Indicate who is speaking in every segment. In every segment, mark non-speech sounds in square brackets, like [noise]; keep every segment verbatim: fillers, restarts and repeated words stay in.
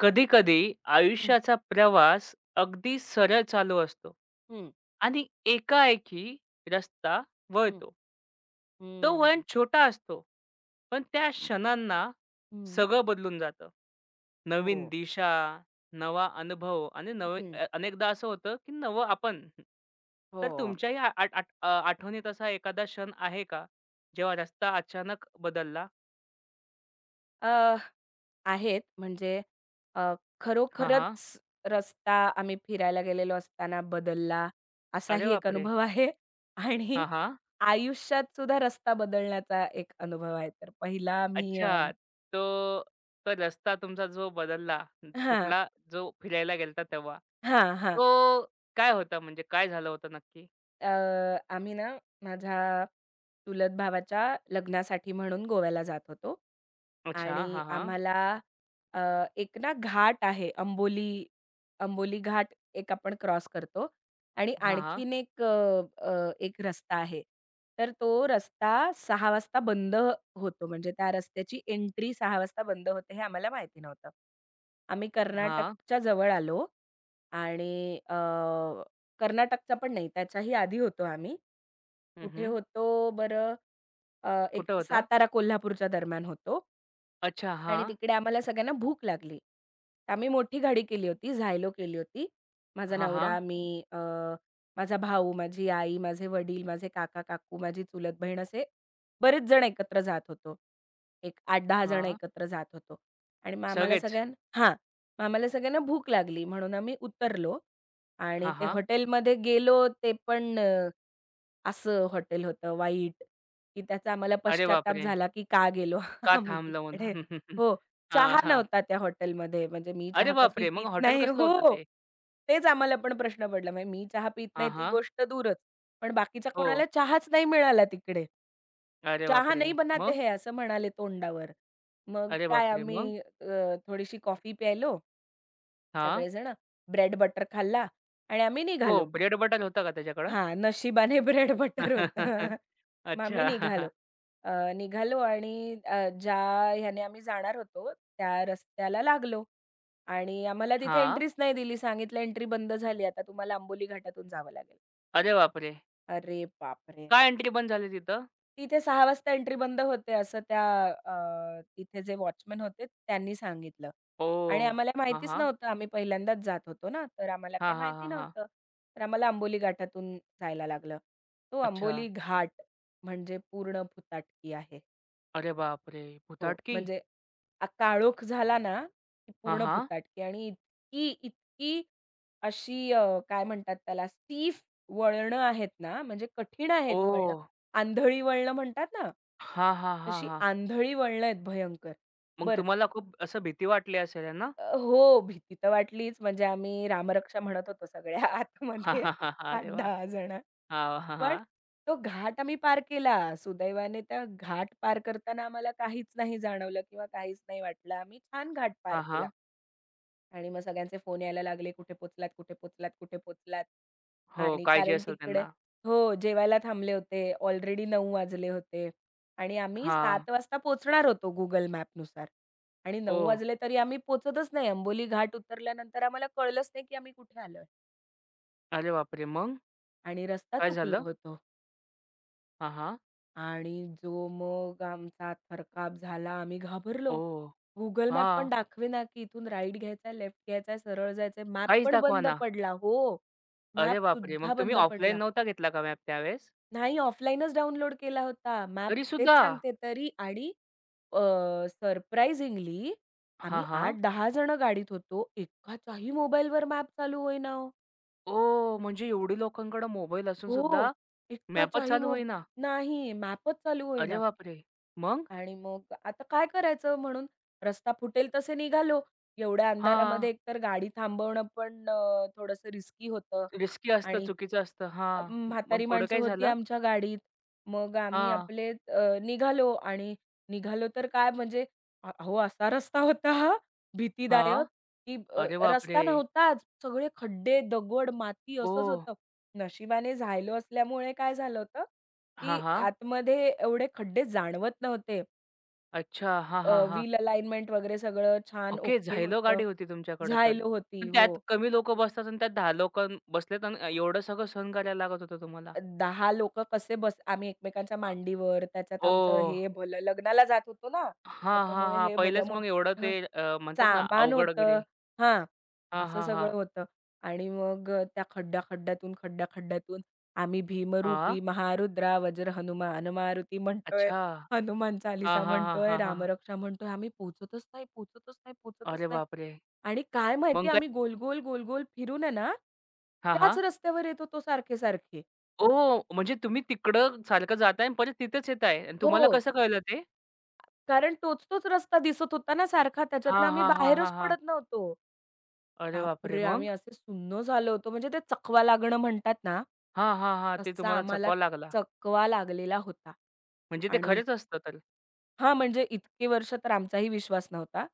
Speaker 1: कधी-कधी
Speaker 2: हं,
Speaker 1: आयुष्याचा प्रवास अगदी सरळ चालू असतो
Speaker 2: हं,
Speaker 1: आणि एकाएकी रस्ता
Speaker 2: हं,
Speaker 1: वळतो. तो वळण
Speaker 2: हं.
Speaker 1: छोटा असतो, पण त्या क्षणांना
Speaker 2: हं.
Speaker 1: सगळं बदलून जातं.
Speaker 2: हो,
Speaker 1: नवीन दिशा, नवा अनुभव आणि नवे
Speaker 2: हं,
Speaker 1: अ, अनेकदा असं होतं, की नवं आपण. तर
Speaker 2: हो.
Speaker 1: तुमच्याही आ आठ आठ अ, आठवणीत असा एखादा क्षण आहे का? जेव्हा रस्ता अचानक बदलला?
Speaker 2: अ, आहेत म्हणजे अ,
Speaker 1: हां, हां.
Speaker 2: खरोखरच रस्ता आम्ही फिरायला गेलेलो असताना बदलला,
Speaker 1: अरे
Speaker 2: असाही एक
Speaker 1: बापरे!
Speaker 2: अनुभव आहे आणि
Speaker 1: हां, हां.
Speaker 2: आयुष्यात सुद्धा रस्ता बदलण्याचा एक अनुभव आहे. तर पहिला आम्ही अ
Speaker 1: अच्छा. तो तो रस्ता तुमचा जो बदलला, न-
Speaker 2: हां,
Speaker 1: कुठला जो फिरायला गेलता तेव्हा,
Speaker 2: हां, हां.
Speaker 1: तो काय होता म्हणजे काय झालं होतं नक्की?
Speaker 2: अ, आम्ही ना माझ्या चुलत भावाच्या लग्नासाठी म्हणून गोव्याला जात होतो
Speaker 1: अच्छा.
Speaker 2: आणि
Speaker 1: हां, हां.
Speaker 2: आम्हाला अ, एक ना घाट आहे अंबोली अंबोली घाट एक आपण क्रॉस करतो आणि
Speaker 1: हां, हां.
Speaker 2: आणखीन एक अ, अ, एक रस्ता आहे. तर तो रस्ता सहा वाजता बंद होतो म्हणजे त्या रस्त्याची एंट्री सहा वाजता बंद होते हे आम्हाला माहिती नव्हतं. आम्ही
Speaker 1: हां.
Speaker 2: कर्नाटकच्या जवळ आलो आणि अ, कर्नाटकचा पण नाही, त्याच्याही आधी होतो आम्ही.
Speaker 1: हं,
Speaker 2: कुठे
Speaker 1: हं.
Speaker 2: होतो बरं, अ, एक
Speaker 1: कुठं होता?
Speaker 2: सातारा कोल्हापूरच्या दरम्यान होतो.
Speaker 1: अच्छा.
Speaker 2: आणि
Speaker 1: हां.
Speaker 2: तिकडे आम्हाला सगळ्यांना भूक लागली. आम्ही मोठी गाडी केली होती, झायलो केली होती. माझा
Speaker 1: हां,
Speaker 2: नवरा,
Speaker 1: हां.
Speaker 2: मी, अ, माझा भाऊ, माझी आई, माझे वडील, माझे काका-काकू, माझी चुलत बहीण असे बरेच जण एकत्र जात होतो. एक आठ ते दहा जण
Speaker 1: हां.
Speaker 2: एकत्र जात होतो. आणि मग आम्हाला
Speaker 1: सगळेच.
Speaker 2: सगळ्यांना हां. मग आम्हाला सगळ्यांना भूक लागली म्हणून आम्ही उतरलो आणि
Speaker 1: हां,
Speaker 2: ते
Speaker 1: हां.
Speaker 2: हॉटेलमध्ये गेलो ते पण अ, असं हॉटेल होतं वाईट, की त्याचा आम्हाला
Speaker 1: अरे
Speaker 2: पश्चात्ताप
Speaker 1: बापरे!
Speaker 2: झाला की का गेलो [laughs]
Speaker 1: का
Speaker 2: आम्ही
Speaker 1: थांबलं
Speaker 2: तिकडे.
Speaker 1: म्हणून? [laughs]
Speaker 2: हो.
Speaker 1: हां,
Speaker 2: चहा
Speaker 1: हां.
Speaker 2: नव्हता त्या हॉटेलमध्ये. म्हणजे मी
Speaker 1: अरे
Speaker 2: चहा-कॉफी
Speaker 1: बापरे! मग
Speaker 2: पीत
Speaker 1: हॉटेल
Speaker 2: नाही
Speaker 1: कसलं होतं
Speaker 2: हो.
Speaker 1: ते?
Speaker 2: तेच आम्हाला पण प्रश्न पडला. म्हणजे मी चहा पीत नाही
Speaker 1: हां,
Speaker 2: ती
Speaker 1: हां.
Speaker 2: गोष्ट दूरच. पण बाकीच्या
Speaker 1: हो.
Speaker 2: कोणाला चहाच नाही मिळाला तिकडे.
Speaker 1: अरे
Speaker 2: चहा
Speaker 1: बापरे!
Speaker 2: नाही बनाते
Speaker 1: मग?
Speaker 2: है असं म्हणाले तोंडावर. मग
Speaker 1: अरे
Speaker 2: काय
Speaker 1: बापरे! मग?
Speaker 2: आम्ही अ, थोडीशी कॉफी प्यायलो
Speaker 1: हां.
Speaker 2: सगळेजण. ब्रेड बटर खाल्ला आणि आम्ही
Speaker 1: हो.
Speaker 2: निघालो.
Speaker 1: ब्रेड बटर होतं का त्याच्याकडं?
Speaker 2: हां, नशिबाने [laughs] ब्रेड बटर होतं.
Speaker 1: [laughs]
Speaker 2: [laughs] मग आम्ही
Speaker 1: अच्छा.
Speaker 2: निघालो.
Speaker 1: [laughs]
Speaker 2: अ, निघालो आणि अ, ज्या ह्याने आम्ही जाणार होतो त्या रस्त्याला लागलो. आणि आम्हाला तिथे
Speaker 1: हां.
Speaker 2: एंट्रीच नाही दिली. सांगितलं एंट्री बंद झाली. आता तुम्हाला आंबोली घाटातून जावं लागेल.
Speaker 1: अरे बापरे!
Speaker 2: अरे बापरे!
Speaker 1: काय एंट्री बंद झाली तिथं?
Speaker 2: तिथे सहा वाजता एंट्री बंद होते असं त्या अ, तिथे जे वॉचमन होते त्यांनी सांगितलं. आणि
Speaker 1: ओह!
Speaker 2: आम्हाला
Speaker 1: हां,
Speaker 2: माहितीच
Speaker 1: हां.
Speaker 2: नव्हतं. आम्ही पहिल्यांदाच जात होतो ना, तर आम्हाला
Speaker 1: हां,
Speaker 2: काही
Speaker 1: हां,
Speaker 2: माहिती
Speaker 1: हां, हां.
Speaker 2: नव्हतं. तर आम्हाला आंबोली घाटातून जायला लागलं. तो
Speaker 1: अच्छा.
Speaker 2: आंबोली घाट म्हणजे पूर्ण फुताटकी आहे.
Speaker 1: अरे बापरे!
Speaker 2: हो,
Speaker 1: भुताटकी?
Speaker 2: म्हणजे अ, काळोख झाला ना, की
Speaker 1: हां,
Speaker 2: पूर्ण
Speaker 1: हां.
Speaker 2: भुताटकी आणि इतकी, इतकी अशी अ, काय म्हणतात त्याला स्टीफ वळणं आहेत ना, म्हणजे कठीण आहेत वळणं.
Speaker 1: ओह!
Speaker 2: आंधळी वळणं म्हणतात ना,
Speaker 1: हां, हां, हां,
Speaker 2: तशी
Speaker 1: हां.
Speaker 2: आंधळी वळणं आहेत भयंकर.
Speaker 1: मग
Speaker 2: बर
Speaker 1: तुम्हाला खूप असं भीती वाटली असेल, आहे ना?
Speaker 2: अ, हो, भीती तर वाटलीच. म्हणजे आम्ही रामरक्षा म्हणत होतो सगळ्या [laughs]
Speaker 1: हां,
Speaker 2: आतमध्ये
Speaker 1: हां, हां, हां. अरे वाह!
Speaker 2: आठ ते दहा जण.
Speaker 1: हां, हां,
Speaker 2: पण
Speaker 1: हां.
Speaker 2: तो घाट आम्ही पार केला. सुदैवाने त्या घाट पार करताना आम्हाला काहीच नाही जाणवलं किंवा काहीच नाही वाटलं. आम्ही छान घाट पार
Speaker 1: हां,
Speaker 2: केला
Speaker 1: हां.
Speaker 2: आणि मग सगळ्यांचे फोन यायला लागले, "कुठे पोहोचलात? कुठे पोहोचलात? कुठे पोहोचलात?"
Speaker 1: हो,
Speaker 2: आणि
Speaker 1: काळजी
Speaker 2: कारण
Speaker 1: असेल
Speaker 2: तिकडे
Speaker 1: त्यांना.
Speaker 2: हो, जेवायला थांबले होते. ऑलरेडी नऊ वाजले होते आणि आम्ही
Speaker 1: हां.
Speaker 2: सात वाजता पोहोचणार होतो Google मॅपनुसार आणि नऊ
Speaker 1: ओह!
Speaker 2: वाजले तरी आम्ही पोहोचतच नाही. अंबोली घाट उतरल्यानंतर आम्हाला कळलंच नाही, की आम्ही कुठे आलोय
Speaker 1: अरे बापरे! मग
Speaker 2: आणि रस्ता
Speaker 1: काय
Speaker 2: चुकलो
Speaker 1: झालं?
Speaker 2: होतो.
Speaker 1: हां, हां.
Speaker 2: आणि जो मग आमचा थरकाप झाला, आम्ही घाबरलो.
Speaker 1: ओह!
Speaker 2: Google मॅप पण
Speaker 1: हां.
Speaker 2: दाखवेना, की इथून राइट घ्यायचा, लेफ्ट घ्यायचा, सरळ जायचंय. मॅप
Speaker 1: काहीच
Speaker 2: पण बंद
Speaker 1: दाखवाना.
Speaker 2: पडला. हो, मॅप
Speaker 1: अरे बापरे! मग
Speaker 2: सुद्धा
Speaker 1: तुम्ही
Speaker 2: बंद
Speaker 1: ऑफलाईन
Speaker 2: पडला.
Speaker 1: नव्हता घेतला का मॅप त्यावेळेस?
Speaker 2: नाही, ऑफलाईनच डाउनलोड केला होता मॅप. तेच
Speaker 1: तरीसुद्धा?
Speaker 2: सांगते तरी आणि अ,
Speaker 1: हां,
Speaker 2: आम्ही
Speaker 1: हां.
Speaker 2: आठ ते दहा जणं गाडीत होतो. एकाच्याही मोबाईलवर मॅप चालू होईना हो.
Speaker 1: ओह! म्हणजे एवढी लोकांकडे मोबाईल असून
Speaker 2: हो,
Speaker 1: सुद्धा मॅपच
Speaker 2: एकाच्याही
Speaker 1: चालू
Speaker 2: मोब
Speaker 1: होईना.
Speaker 2: नाही, मॅपच चालू
Speaker 1: अरे
Speaker 2: होईना.
Speaker 1: बापरे! मग?
Speaker 2: आणि मग आता काय करायचं म्हणून रस्ता फुटेल तसे निघालो. एवढ्या अंधारामध्ये
Speaker 1: हां.
Speaker 2: एकतर गाडी थांबवणं पण अ, थोडंसं रिस्की होतं
Speaker 1: रिस्की असतं,
Speaker 2: आणि
Speaker 1: चुकीचं असतं.
Speaker 2: अ,
Speaker 1: हां. मग
Speaker 2: म्हातारी
Speaker 1: पुढे
Speaker 2: माणसं
Speaker 1: काय
Speaker 2: होती
Speaker 1: झालं?
Speaker 2: आमच्या गाडीत. मग आम्ही
Speaker 1: हां.
Speaker 2: आपले अ, निघालो आणि निघालो तर काय म्हणजे अ, अहो असा रस्ता होता हा
Speaker 1: हां.
Speaker 2: भीतीदायक, की अ,
Speaker 1: अरे बापरे!
Speaker 2: रस्ता नव्हताच. सगळे खड्डे, दगड, माती असंच
Speaker 1: ओह!
Speaker 2: होतं. नशिबाने झायलो असल्यामुळे काय झालं होतं,
Speaker 1: हां,
Speaker 2: की
Speaker 1: हां.
Speaker 2: आतमध्ये एवढे खड्डे जाणवत नव्हते.
Speaker 1: अच्छा. हां,
Speaker 2: अ,
Speaker 1: हां, हां.
Speaker 2: व्हील अलाइनमेंट वगैरे सगळं छान
Speaker 1: ओके.
Speaker 2: ओके
Speaker 1: झायलो
Speaker 2: होतं.
Speaker 1: गाडी होती तुमच्याकडे तर.
Speaker 2: झायलो होती.
Speaker 1: पण त्यात
Speaker 2: हो.
Speaker 1: कमी लोकं बसतात आणि त्यात दहा लोकं बसलेत आणि एवढं सगळं सहन करायला लागत होतं तुम्हाला.
Speaker 2: दहा लोकं कसे बस आम्ही एकमेकांच्या
Speaker 1: अ,
Speaker 2: मांडीवर, त्याच्यात आमचं
Speaker 1: ओह!
Speaker 2: हे भलं लग्नाला जात होतो ना,
Speaker 1: हां, हां,
Speaker 2: त्याच्यामुळे
Speaker 1: हां.
Speaker 2: हे भलं
Speaker 1: पहिलेच मग एवढं ते
Speaker 2: मोठं
Speaker 1: अ, म्हणतात ना
Speaker 2: सामान
Speaker 1: अवघड
Speaker 2: होतं.
Speaker 1: वगैरे.
Speaker 2: हां,
Speaker 1: हां,
Speaker 2: असं
Speaker 1: हां,
Speaker 2: सगळं
Speaker 1: हां.
Speaker 2: होतं. आणि मग अ, त्या खड्डा-खड्ड्यातून, खड्डा-खड्ड्यातून आम्ही
Speaker 1: हां.
Speaker 2: भीमरूपी महारुद्रा वज्र हनुमान मारुती म्हणतोय,
Speaker 1: अच्छा.
Speaker 2: हनुमान
Speaker 1: हां,
Speaker 2: चालीसा
Speaker 1: हां, हां,
Speaker 2: म्हणतोय,
Speaker 1: हां, हां.
Speaker 2: रामरक्षा म्हणतोय. आम्ही पोहोचतच नाही, पोहोचतच नाही, पोहोचतच
Speaker 1: अरे
Speaker 2: नाही.
Speaker 1: बापरे!
Speaker 2: आणि काय माहिती
Speaker 1: मग काय?
Speaker 2: आम्ही गोल-गोल, गोल-गोल फिरून आहे ना,
Speaker 1: हां,
Speaker 2: त्याच
Speaker 1: हां.
Speaker 2: रस्त्यावर येत होतो सारखे-सारखे.
Speaker 1: ओह! म्हणजे तुम्ही तिकडं सारखं जाताय आणि परत तिथेच येत आणि
Speaker 2: हो.
Speaker 1: तुम्हाला कसं कळलं ते?
Speaker 2: कारण तोच-तोच रस्ता दिसत होता ना सारखा,
Speaker 1: हां,
Speaker 2: त्याच्यातनं आम्ही
Speaker 1: हां, हां,
Speaker 2: बाहेरच
Speaker 1: हां, हां.
Speaker 2: पडत नव्हतो.
Speaker 1: अरे बापरे!
Speaker 2: बापरे! आम्ही
Speaker 1: मग?
Speaker 2: असे सुन्न झालो होतो. म्हणजे ते चकवा लागणं म्हणतात ना,
Speaker 1: हां, हां, हां. ते
Speaker 2: तसा
Speaker 1: तुम्हाला
Speaker 2: आम्हाला
Speaker 1: चकवा लागला.
Speaker 2: चकवा लागलेला होता.
Speaker 1: म्हणजे ते
Speaker 2: आणि
Speaker 1: खरंच असतं तर?
Speaker 2: हां, म्हणजे इतकी वर्ष तर आमचाही विश्वास नव्हता.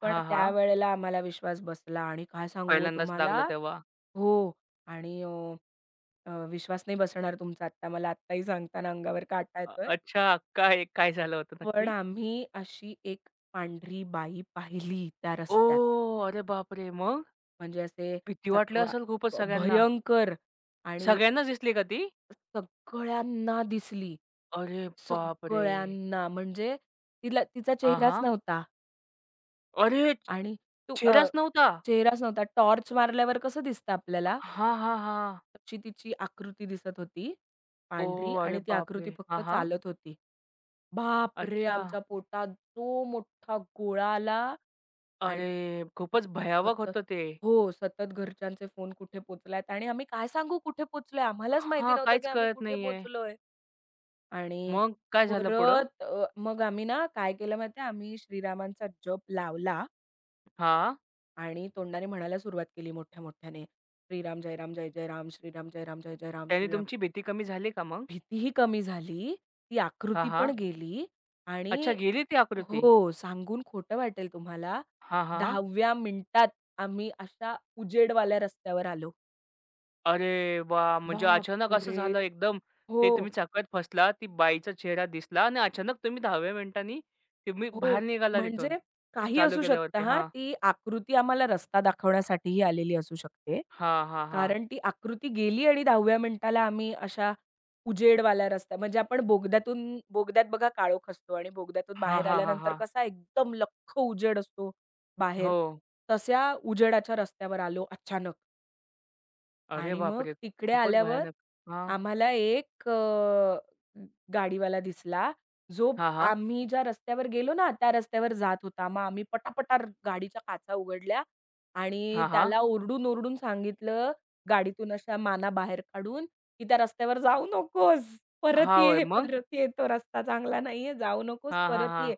Speaker 2: पण
Speaker 1: हां, हां.
Speaker 2: त्यावेळेला आम्हाला विश्वास बसला आणि काय सांगू हो
Speaker 1: पहिल्यांदाच
Speaker 2: तुम्हाला
Speaker 1: लागलं तेव्हा.
Speaker 2: हो. आणि अ, विश्वास नाही बसणार तुमचा आत्ता मला आत्ताही सांगताना अंगावर काटा
Speaker 1: अ
Speaker 2: येतोय.
Speaker 1: अच्छा. काय काय झालं होतं
Speaker 2: पण
Speaker 1: नक्की?
Speaker 2: आम्ही अशी एक पांढरी बाई पाहिली त्या रस्त्यात.
Speaker 1: ओह! अरे बापरे! मग?
Speaker 2: म्हणजे असे
Speaker 1: भीती वाटली
Speaker 2: चकवा
Speaker 1: असेल खूपच
Speaker 2: भ
Speaker 1: सगळ्यांना.
Speaker 2: भयंकर आणि
Speaker 1: सगळ्यांनाच दिसली का ती?
Speaker 2: सगळ्यांना दिसली.
Speaker 1: अरे बापरे!
Speaker 2: सगळ्यांना म्हणजे तिला तिचा
Speaker 1: हां,
Speaker 2: चेहराच
Speaker 1: हां.
Speaker 2: नव्हता
Speaker 1: अरे!
Speaker 2: आणि तू अ,
Speaker 1: चेहराच नव्हता?
Speaker 2: चेहराच नव्हता. टॉर्च मारल्यावर कसं दिसतं आपल्याला
Speaker 1: हां, हां, हां.
Speaker 2: अशी तिची आकृती दिसत होती,
Speaker 1: ओ,
Speaker 2: पांढरी
Speaker 1: अरे
Speaker 2: आणि ती आकृती
Speaker 1: बापरे!
Speaker 2: फक्त
Speaker 1: हां, हां.
Speaker 2: चालत होती. बापरे!
Speaker 1: अच्छा.
Speaker 2: आमच्या पोटात जो मोठा गोळा आला आणि
Speaker 1: अरे! खूपच भयावह
Speaker 2: सतत
Speaker 1: होतं ते.
Speaker 2: हो, सतत घरच्यांचे फोन कुठे पोहोचलायत आणि आम्ही काय सांगू कुठे पोहोचलोय? आम्हालाच माहिती
Speaker 1: हां,
Speaker 2: नव्हतं, की
Speaker 1: काहीच
Speaker 2: आम्ही
Speaker 1: कळत
Speaker 2: कुठे
Speaker 1: नाहीये.
Speaker 2: पोहोचलोय. आणि
Speaker 1: मग काय झालं पुढं?
Speaker 2: परत अ, मग आम्ही ना काय केलं माहिती आम्ही श्रीरामांचा जप लावला
Speaker 1: हां.
Speaker 2: आणि तोंडाने म्हणायला सुरुवात केली मोठ्या-मोठ्याने, "श्रीराम जय राम, जय जय राम, श्रीराम जय राम, जय जय राम,
Speaker 1: त्याने
Speaker 2: श्रीराम."
Speaker 1: तुमची भीती कमी झाली का मग?
Speaker 2: भीतीही कमी झाली, ती
Speaker 1: हां,
Speaker 2: आकृती पण
Speaker 1: हां.
Speaker 2: गेली
Speaker 1: अच्छा
Speaker 2: आणि
Speaker 1: गेली ती आकृती.
Speaker 2: हो, सांगून खोटं वाटेल तुम्हाला
Speaker 1: हां, हां.
Speaker 2: दहाव्या मिनिटात आम्ही अशा उजेडवाल्या रस्त्यावर आलो.
Speaker 1: अरे वा, म्हणजे अचानक असं
Speaker 2: बापरे!
Speaker 1: झालं एकदम
Speaker 2: हो,
Speaker 1: ते तुम्ही चाकळत फसला, ती बाईचा चेहरा दिसला आणि अचानक तुम्ही 10व्या मिनिटांनी तुम्ही
Speaker 2: हो.
Speaker 1: बाहेर निघाला
Speaker 2: म्हणजे
Speaker 1: तिथून
Speaker 2: काही
Speaker 1: चालू
Speaker 2: असू शकतं
Speaker 1: केल्यावरती.
Speaker 2: हां,
Speaker 1: हां.
Speaker 2: ती आकृती आम्हाला रस्ता दाखवण्यासाठीही आलेली असू शकते.
Speaker 1: हां, हां, हां.
Speaker 2: कारण ती आकृती गेली आणि दहाव्या मिनिटाला आम्ही अशा उजेडवाल्या रस्त्या म्हणजे आपण बोगद्यातून बोगद्यात बघा काळोख असतो आणि बोगद्यातून
Speaker 1: हां,
Speaker 2: बाहेर
Speaker 1: हां, हां,
Speaker 2: आल्यानंतर
Speaker 1: हां.
Speaker 2: कसा एकदम लख्ख उजेड असतो बाहेर,
Speaker 1: हो.
Speaker 2: तशा उजेडाच्या रस्त्यावर आलो अचानक.
Speaker 1: अरे
Speaker 2: आणि मग
Speaker 1: बापरे!
Speaker 2: तिकडे
Speaker 1: खूपच
Speaker 2: आल्यावर
Speaker 1: भयानक. हां.
Speaker 2: आम्हाला एक अ, गाडीवाला दिसला, जो
Speaker 1: हां, हां.
Speaker 2: आम्ही ज्या रस्त्यावर गेलो ना, त्या रस्त्यावर जात होता. मग आम्ही पटापटा गाडीच्या काचा उघडल्या आणि
Speaker 1: हां, हां.
Speaker 2: त्याला ओरडून-ओरडून सांगितलं, गाडीतून अशा माना बाहेर काढून, की "त्या रस्त्यावर जाऊ नकोस. परत
Speaker 1: हां, होय.
Speaker 2: ये,
Speaker 1: मग?
Speaker 2: परत ये. तो रस्ता चांगला नाहीये. जाऊ नकोस,
Speaker 1: हां, हां,
Speaker 2: परत
Speaker 1: हां.
Speaker 2: ये."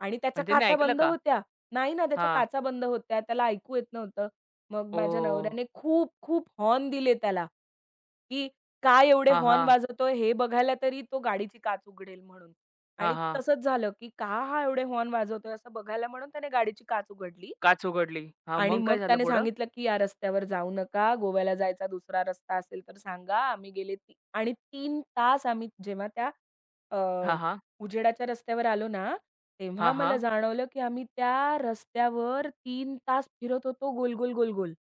Speaker 2: आणि त्याच्या
Speaker 1: आणि त्यांनी
Speaker 2: काचा
Speaker 1: ऐकलं
Speaker 2: बंद
Speaker 1: का?
Speaker 2: होत्या. नाही ना, त्याच्या
Speaker 1: हां.
Speaker 2: काचा बंद होत्या. त्याला ऐकू येत नव्हतं. मग माझ्या
Speaker 1: ओह!
Speaker 2: नवऱ्याने खूप, खूप हॉर्न दिले त्याला, की काय एवढे
Speaker 1: हां,
Speaker 2: हॉर्न
Speaker 1: हां.
Speaker 2: वाजवतोय हे बघायला तरी तो गाडीची काच उघडेल म्हणून.
Speaker 1: हां,
Speaker 2: आणि
Speaker 1: हां.
Speaker 2: तसंच झालं, की का हा एवढे हॉर्न वाजवतोय असं बघायला म्हणून त्याने गाडीची काच उघडली
Speaker 1: काच उघडली. हां,
Speaker 2: आणि
Speaker 1: मग
Speaker 2: मग
Speaker 1: काय झालं
Speaker 2: त्याने
Speaker 1: पुढं?
Speaker 2: सांगितलं, की "या रस्त्यावर जाऊ नका. गोव्याला जायचा दुसरा रस्ता असेल तर सांगा." आम्ही गेले ती आणि तीन तास आम्ही जेव्हा त्या अ,
Speaker 1: हां, हां.
Speaker 2: उजेडाच्या रस्त्यावर आलो ना, तेव्हा
Speaker 1: हां,
Speaker 2: मला
Speaker 1: हां.
Speaker 2: जाणवलं, की आम्ही त्या रस्त्यावर तीन तास फिरत होतो गोल, गोल, गोल, गोल.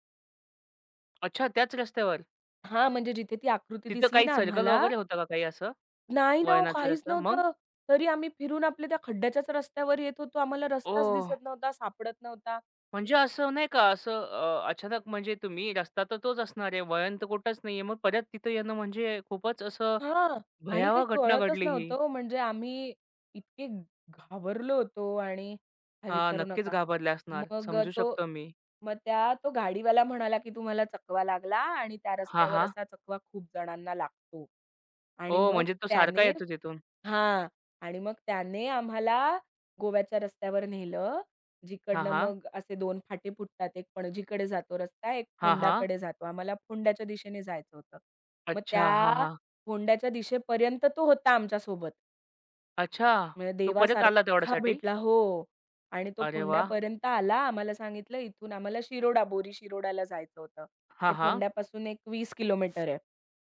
Speaker 1: अच्छा त्याच रस्त्यावर.
Speaker 2: हां, म्हणजे जिथे ती आकृती
Speaker 1: तिथं
Speaker 2: दिसली
Speaker 1: काही
Speaker 2: ना
Speaker 1: सर्कल
Speaker 2: आम्हाला,
Speaker 1: वगैरे होतं का काही असं?
Speaker 2: नाही ना हो
Speaker 1: वळणाचा
Speaker 2: काहीच
Speaker 1: रस्ता. मग?
Speaker 2: नव्हतं. तरी आम्ही फिरून आपल्या त्या खड्ड्याच्याच रस्त्यावर येत होतो. आम्हाला रस्ताच
Speaker 1: ओह!
Speaker 2: दिसत नव्हता, सापडत नव्हता.
Speaker 1: म्हणजे असं नाही का असं अ, अचानक म्हणजे तुम्ही रस्ता तर तोच असणार आहे, वळण तर कुठंच नाहीये. मग परत तिथं येणं म्हणजे खूपच असं
Speaker 2: हां. आणि काही
Speaker 1: भयावह घटना
Speaker 2: कळतच
Speaker 1: घडली ही.
Speaker 2: नव्हतं हो. म्हणजे आम्ही इतके घाबरलो होतो आणि काय
Speaker 1: हां,
Speaker 2: विचारू
Speaker 1: नक्कीच
Speaker 2: नका.
Speaker 1: घाबरले असणार.
Speaker 2: मग अ,
Speaker 1: समजू
Speaker 2: तो
Speaker 1: शकतो मी.
Speaker 2: मग त्या तो गाडीवाला म्हणाला, की "तुम्हाला चकवा लागला आणि त्या
Speaker 1: हां,
Speaker 2: रस्त्यावर
Speaker 1: हां.
Speaker 2: असा चकवा खूप जणांना लागतो." आणि
Speaker 1: ओह!
Speaker 2: मग
Speaker 1: म्हणजे तो सारखा
Speaker 2: त्याने
Speaker 1: येतो तिथून.
Speaker 2: हां. आणि मग त्याने आम्हाला गोव्याच्या रस्त्यावर नेलं.
Speaker 1: हां,
Speaker 2: जिकडनं
Speaker 1: हां.
Speaker 2: मग असे दोन फाटे फुटतात. एक पणजीकडे जातो रस्ता, एक
Speaker 1: हां, हां.
Speaker 2: फोंडाकडे जातो. आम्हाला फोंड्याच्या दिशेने जायचं होतं. मग
Speaker 1: अच्छा. हां,
Speaker 2: त्या
Speaker 1: हां.
Speaker 2: फोंड्याच्या दिशेपर्यंत तो होता आमच्यासोबत.
Speaker 1: अच्छा.
Speaker 2: म्हणजे
Speaker 1: तू परत आला
Speaker 2: देवासारखा
Speaker 1: तेवढ्यासाठी?
Speaker 2: भेटला हो. आणि तो
Speaker 1: अरे वाह!
Speaker 2: फोंड्यापर्यंत आला. आम्हाला सांगितलं इथून आम्हाला शिरोडा, बोरी शिरोडाला जायचं होतं. ते
Speaker 1: हां, हां.
Speaker 2: फोंड्यापासून एक वीस किलोमीटर आहे.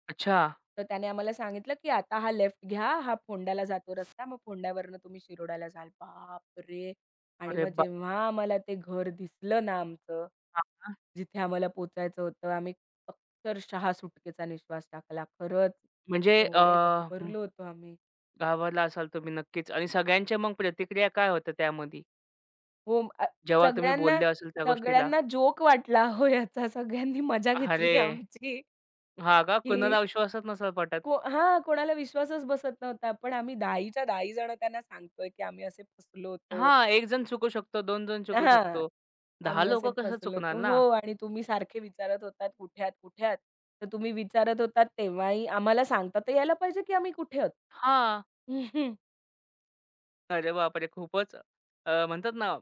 Speaker 1: अच्छा.
Speaker 2: तर त्याने आम्हाला सांगितलं, की आता हा लेफ्ट घ्या, हा फोंड्याला जातो रस्ता, मग फोंड्यावरनं तुम्ही शिरोड्याला जाल. बापरे! आणि
Speaker 1: अरे
Speaker 2: मग
Speaker 1: बाप!
Speaker 2: जेव्हा आम्हाला ते घर दिसलं ना आमचं,
Speaker 1: हां, हां.
Speaker 2: जिथे आम्हाला पोचायचं होतं, आम्ही अक्षरशः सुटकेचा निश्वास टाकला. खरंच
Speaker 1: म्हणजे अ,
Speaker 2: एवढे
Speaker 1: हं,
Speaker 2: घाबरलो होतो आम्ही.
Speaker 1: घाबरला असाल तुम्ही नक्कीच आणि सगळ्यांच्या मग प्रतिक्रिया काय होत्या त्यामध्ये?
Speaker 2: हो, अ,
Speaker 1: जेव्हा तुम्ही
Speaker 2: सगळ्यांना
Speaker 1: बोलले असेल त्या गोष्टीला?
Speaker 2: सगळ्यांना जोक वाटला हो याचा. सगळ्यांनी मजा
Speaker 1: अरे!
Speaker 2: घेतली आमची,
Speaker 1: हां का?
Speaker 2: की
Speaker 1: कुणाला विश्वासच नसेल पटत.
Speaker 2: को हां, कोणाला विश्वासच बसत नव्हता. पण आम्ही दहाच्या दहा जण त्यांना सांगतोय, की आम्ही असे फसलो होतो.
Speaker 1: हां, एक जण चुकू शकतो, दोन जण चुकू
Speaker 2: हां.
Speaker 1: शकतो. दहा
Speaker 2: आम्ही असे
Speaker 1: लोकं कसं
Speaker 2: फसलो
Speaker 1: चुकणार
Speaker 2: होतो.
Speaker 1: ना?
Speaker 2: हो आणि तुम्ही सारखे विचारत होतात, "कुठे आहात? कुठे आहात?" तर तुम्ही विचारत होतात तेव्हाही आम्हाला सांगता तर यायला पाहिजे की आम्ही कुठे आहोत.
Speaker 1: हां. अरे बापरे! खूपच अ, म्हणतात ना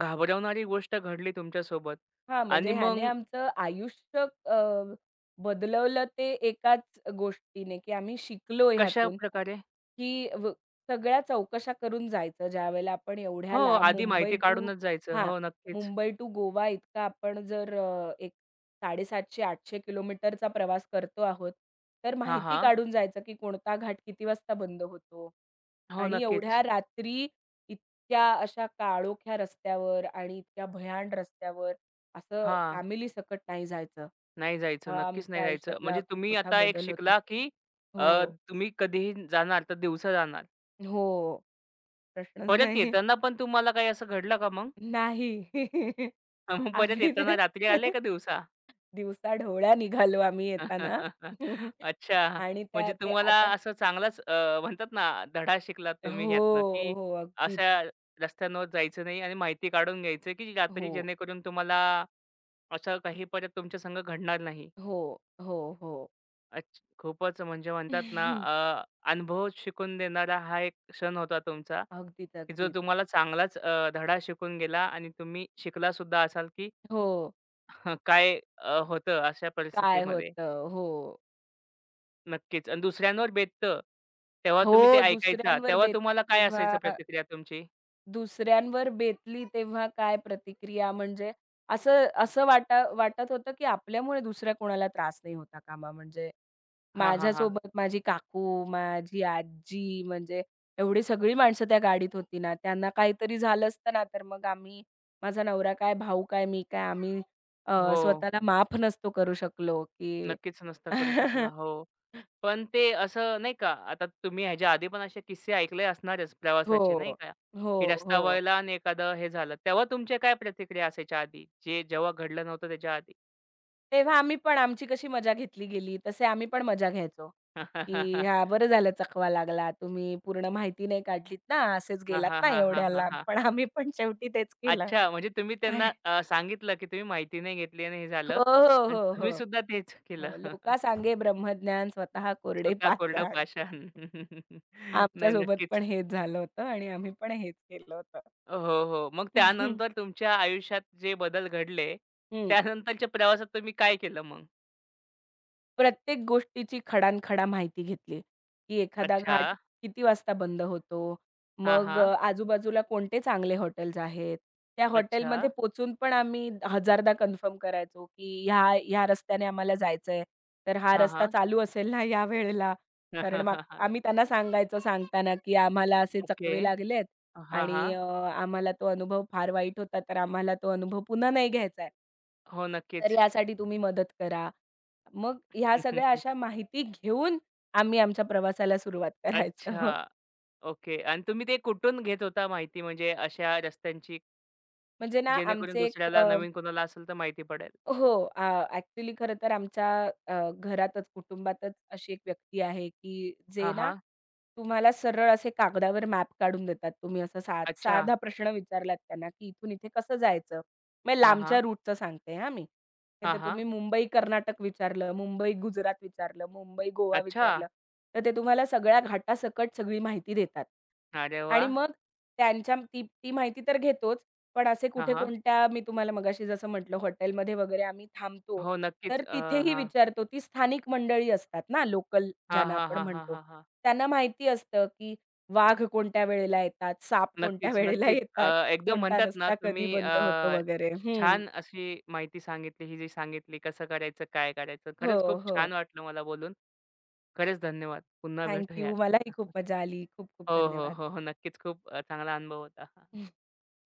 Speaker 1: घाबरवणारी गोष्ट घडली तुमच्यासोबत
Speaker 2: हां, म्हणजे
Speaker 1: आणि
Speaker 2: ह्याने
Speaker 1: मग
Speaker 2: आमचं आयुष्य अ, बदलवलं ते एकाच गोष्टीने, की आम्ही शिकलो
Speaker 1: कशा
Speaker 2: ह्यातून,
Speaker 1: प्रकारे?
Speaker 2: की व सगळ्या चौकशा करून जायचं. ज्यावेळेला आपण
Speaker 1: हो,
Speaker 2: एवढ्या लांब
Speaker 1: आधी
Speaker 2: मुंबई
Speaker 1: माहिती
Speaker 2: टू
Speaker 1: काढूनच जायचं.
Speaker 2: हां,
Speaker 1: हो, नक्कीच.
Speaker 2: मुंबई टू गोवा इतका आपण जर अ, एक सातशे पन्नास ते आठशे किलोमीटरचा प्रवास करतो आहोत, तर
Speaker 1: हां,
Speaker 2: माहिती
Speaker 1: हां.
Speaker 2: काढून जायचं, की कोणता घाट किती वाजता बंद होतो
Speaker 1: हो,
Speaker 2: आणि
Speaker 1: नक्कीच.
Speaker 2: एवढ्या रात्री इतक्या अशा काळोख्या रस्त्यावर आणि इतक्या भयाण रस्त्यावर असं
Speaker 1: हां,
Speaker 2: फॅमिली सकट नाही जायचं.
Speaker 1: नाही जायचं.
Speaker 2: हा
Speaker 1: नक्कीच
Speaker 2: आमच्या
Speaker 1: नाही जायचं.
Speaker 2: आयुष्यातला
Speaker 1: म्हणजे
Speaker 2: खूप
Speaker 1: तुम्ही
Speaker 2: मोठा
Speaker 1: आता एक
Speaker 2: बदल होता.
Speaker 1: शिकला, की अ,
Speaker 2: हो.
Speaker 1: तुम्ही कधीही जाणार तर दिवसा जाणार.
Speaker 2: हो. प्रश्नच
Speaker 1: परत
Speaker 2: नाही.
Speaker 1: येताना पण तुम्हाला काही असं घडलं का मग?
Speaker 2: नाही. [laughs]
Speaker 1: [laughs] मग परत
Speaker 2: आम्ही तर
Speaker 1: येताना रात्री आले
Speaker 2: [laughs]
Speaker 1: का दिवसा?
Speaker 2: दिवसा ढवळ्या निघालो आम्ही येताना.
Speaker 1: [laughs]
Speaker 2: [laughs]
Speaker 1: अच्छा.
Speaker 2: आणि त्या
Speaker 1: म्हणजे
Speaker 2: ते
Speaker 1: तुम्हाला
Speaker 2: आता
Speaker 1: असं चांगलाच अ, म्हणतात ना, धडा शिकलात तुम्ही यातनं,
Speaker 2: हो,
Speaker 1: की
Speaker 2: हो. अगदीच.
Speaker 1: अशा रस्त्यांवर जायचं नाही आणि माहिती काढून घ्यायचं, की रात्री
Speaker 2: हो,
Speaker 1: जेणेकरून तुम्हाला असं काही परत तुमच्या संग घडणार नाही.
Speaker 2: हो, हो, हो.
Speaker 1: अच्छ खूपच म्हणजे म्हणतात ना,
Speaker 2: [laughs]
Speaker 1: अ, अनुभव शिकून देणारा हा एक क्षण होता तुमचा,
Speaker 2: अगदीच,
Speaker 1: की जो
Speaker 2: अगदीच.
Speaker 1: तुम्हाला चांगलाच अ, धडा शिकून गेला आणि तुम्ही शिकला सुद्धा असाल, की
Speaker 2: हो.
Speaker 1: [laughs] काय अ, होतं अशा
Speaker 2: काय
Speaker 1: परिस्थितीमध्ये.
Speaker 2: होतं? हो.
Speaker 1: नक्कीच आणि दुसऱ्यांवर बेततं, तेव्हा तुम्ही ते
Speaker 2: हो,
Speaker 1: ऐकायचा.
Speaker 2: दुसऱ्यांवर
Speaker 1: तेव्हा
Speaker 2: बेततं
Speaker 1: तुम्हाला काय असायचं
Speaker 2: तेव्हा
Speaker 1: प्रतिक्रिया तुमची?
Speaker 2: दुसऱ्यांवर बेतली तेव्हा काय प्रतिक्रिया? म्हणजे असं असं वाटा वाटत होतं, की आपल्यामुळे दुसऱ्या कोणाला त्रास नाही होता कामा म्हणजे
Speaker 1: हां, हां, हां.
Speaker 2: माझ्यासोबत माझी काकू, माझी आजी म्हणजे एवढी सगळी माणसं त्या गाडीत होती ना, त्यांना काहीतरी झालं असतं ना, तर मग आम्ही माझा नवरा काय, भाऊ काय, मी काय आम्ही अ,
Speaker 1: हो.
Speaker 2: स्वतःला माफ नसतो करू शकलो, की
Speaker 1: नक्कीच नसता करू शकला.
Speaker 2: [laughs]
Speaker 1: हो. पण ते असं नाही का, आता तुम्ही ह्याच्या आधी पण असे किस्से ऐकले असणारच
Speaker 2: हो.
Speaker 1: प्रवासाचे नाही का,
Speaker 2: हो,
Speaker 1: की रस्ता
Speaker 2: हो.
Speaker 1: वळला आणि एखादं हे झालं. तेव्हा तुमच्या काय प्रतिक्रिया असायच्या आधी? जे जेव्हा घडलं नव्हतं त्याच्या आधी?
Speaker 2: तेव्हा आम्ही पण आमची कशी मजा घेतली गेली, तसे आम्ही पण मजा घ्यायचो, की "हां,
Speaker 1: [laughs]
Speaker 2: बरं झालं चकवा लागला. तुम्ही पूर्ण माहिती नाही काढलीत ना, असेच
Speaker 1: हां,
Speaker 2: गेलात
Speaker 1: हां,
Speaker 2: ना
Speaker 1: हां, हां,
Speaker 2: एवढ्या
Speaker 1: हां,
Speaker 2: लांब."
Speaker 1: हां.
Speaker 2: पण आम्ही पण शेवटी तेच केलं
Speaker 1: अच्छा म्हणजे तुम्ही
Speaker 2: आणि
Speaker 1: त्यांना अ, सांगितलं, की तुम्ही माहिती नाही घेतली आणि हे झालं
Speaker 2: हो, हो,
Speaker 1: आणि
Speaker 2: हो,
Speaker 1: तुम्ही
Speaker 2: हो,
Speaker 1: सुद्धा तेच केलं.
Speaker 2: हो. "लोका
Speaker 1: [laughs]
Speaker 2: सांगे ब्रह्मज्ञान, स्वतः कोरडे
Speaker 1: स्वतः कोरडं
Speaker 2: पाषाण."
Speaker 1: पाषाण. [laughs] नाही
Speaker 2: आमच्यासोबत
Speaker 1: नक्कीच.
Speaker 2: पण हेच झालं होतं आणि आम्ही पण हेच केलं होतं.
Speaker 1: हो, हो. मग त्यानंतर
Speaker 2: [laughs]
Speaker 1: तुमच्या आयुष्यात जे बदल घडले,
Speaker 2: हं.
Speaker 1: त्यानंतरच्या प्रवासात तुम्ही काय केलं मग?
Speaker 2: प्रत्येक गोष्टीची खडानखडा माहिती घेतली, की एखादा
Speaker 1: अच्छा.
Speaker 2: घाट किती वाजता बंद होतो.
Speaker 1: हां,
Speaker 2: मग
Speaker 1: हां.
Speaker 2: अ, आजूबाजूला कोणते चांगले हॉटेल्स आहेत. त्या
Speaker 1: अच्छा.
Speaker 2: हॉटेलमध्ये पोहचून पण आम्ही हजारदा कन्फर्म करायचो, की ह्या ह्या रस्त्याने आम्हाला जायचंय. तर हा
Speaker 1: हां,
Speaker 2: रस्ता
Speaker 1: हां.
Speaker 2: चालू असेल ना या वेळेला? कारण माग
Speaker 1: [laughs]
Speaker 2: आम्ही त्यांना सांगायचो सांगताना, की आम्हाला असे
Speaker 1: ओके.
Speaker 2: चकवे लागलेत
Speaker 1: हां,
Speaker 2: आणि
Speaker 1: हां.
Speaker 2: अ, आम्हाला तो अनुभव फार वाईट होता, तर आम्हाला तो अनुभव पुन्हा नाही घ्यायचा आहे.
Speaker 1: हो,
Speaker 2: तर
Speaker 1: नक्कीच.
Speaker 2: यासाठी तुम्ही मदत करा. मग ह्या सगळ्या
Speaker 1: [laughs]
Speaker 2: अशा माहिती घेऊन आम्ही आमच्या प्रवासाला सुरुवात करायचो. [laughs]
Speaker 1: अच्छा. ओके. आणि तुम्ही ते कुठून घेत होता माहिती म्हणजे अशा रस्त्यांची,
Speaker 2: म्हणजे ना
Speaker 1: जेणेकरून
Speaker 2: आमचे एक
Speaker 1: दुसऱ्याला नवीन कोणाला असेल तर माहिती पडेल?
Speaker 2: हो. अ, ॲक्चुअली खरं तर आमच्या अ, घरातच, कुटुंबातच अशी एक व्यक्ती आहे, की जे
Speaker 1: हां,
Speaker 2: ना
Speaker 1: हां.
Speaker 2: तुम्हाला सरळ असे कागदावर मॅप काढून देतात. तुम्ही असा सा
Speaker 1: अच्छा.
Speaker 2: साधा प्रश्न विचारलात त्यांना, की इथून इथे कसं जायचं? मग
Speaker 1: हां,
Speaker 2: लांबच्या
Speaker 1: हां.
Speaker 2: रूटचं सांगते हा मी. तर
Speaker 1: हां,
Speaker 2: ते
Speaker 1: हां.
Speaker 2: तुम्ही मुंबई कर्नाटक विचारलं, मुंबई गुजरात विचारलं, मुंबई गोवा
Speaker 1: अच्छा.
Speaker 2: विचारलं, तर ते तुम्हाला सगळ्या घाटासकट सगळी माहिती देतात.
Speaker 1: अरे
Speaker 2: आणि
Speaker 1: वाह!
Speaker 2: मग त्यांच्या ती ती माहिती तर घेतोच. पण असे
Speaker 1: हां,
Speaker 2: कुठे
Speaker 1: हां.
Speaker 2: कोणत्या मी तुम्हाला मगाशी जसं म्हटलं हॉटेलमध्ये वगैरे आम्ही थांबतो,
Speaker 1: हो, नक्कीच.
Speaker 2: तर
Speaker 1: अ,
Speaker 2: तिथेही
Speaker 1: हां.
Speaker 2: विचारतो. ती स्थानिक मंडळी असतात ना, लोकल
Speaker 1: हां,
Speaker 2: ज्यांना
Speaker 1: हां,
Speaker 2: आपण
Speaker 1: हां, हां,
Speaker 2: म्हणतो.
Speaker 1: हां, हां.
Speaker 2: त्यांना माहिती असतं, की वाघ कोणत्या वेळेला येतात, साप कोणत्या
Speaker 1: नक्कीच,
Speaker 2: [laughs] वेळेला
Speaker 1: नक्कीच. अ,
Speaker 2: येतात,
Speaker 1: एकदम
Speaker 2: कोणता
Speaker 1: म्हणतात ना
Speaker 2: रस्ता कधी
Speaker 1: तुम्ही
Speaker 2: बंद होतो
Speaker 1: अ,
Speaker 2: वगैरे. हं.
Speaker 1: छान अशी माहिती सांगितली, ही जी सांगितली कसं करायचं, काय करायचं.
Speaker 2: हो,
Speaker 1: खरंच खूप
Speaker 2: हो.
Speaker 1: छान वाटलं मला बोलून. खरंच धन्यवाद. पुन्हा
Speaker 2: थँक यू.
Speaker 1: भेटूयात.
Speaker 2: मलाही खूप
Speaker 1: [laughs]
Speaker 2: मजा आली. खूप खूप
Speaker 1: हो, हो,
Speaker 2: धन्यवाद.
Speaker 1: हो, हो. नक्कीच खूप अ, चांगला अनुभव होता.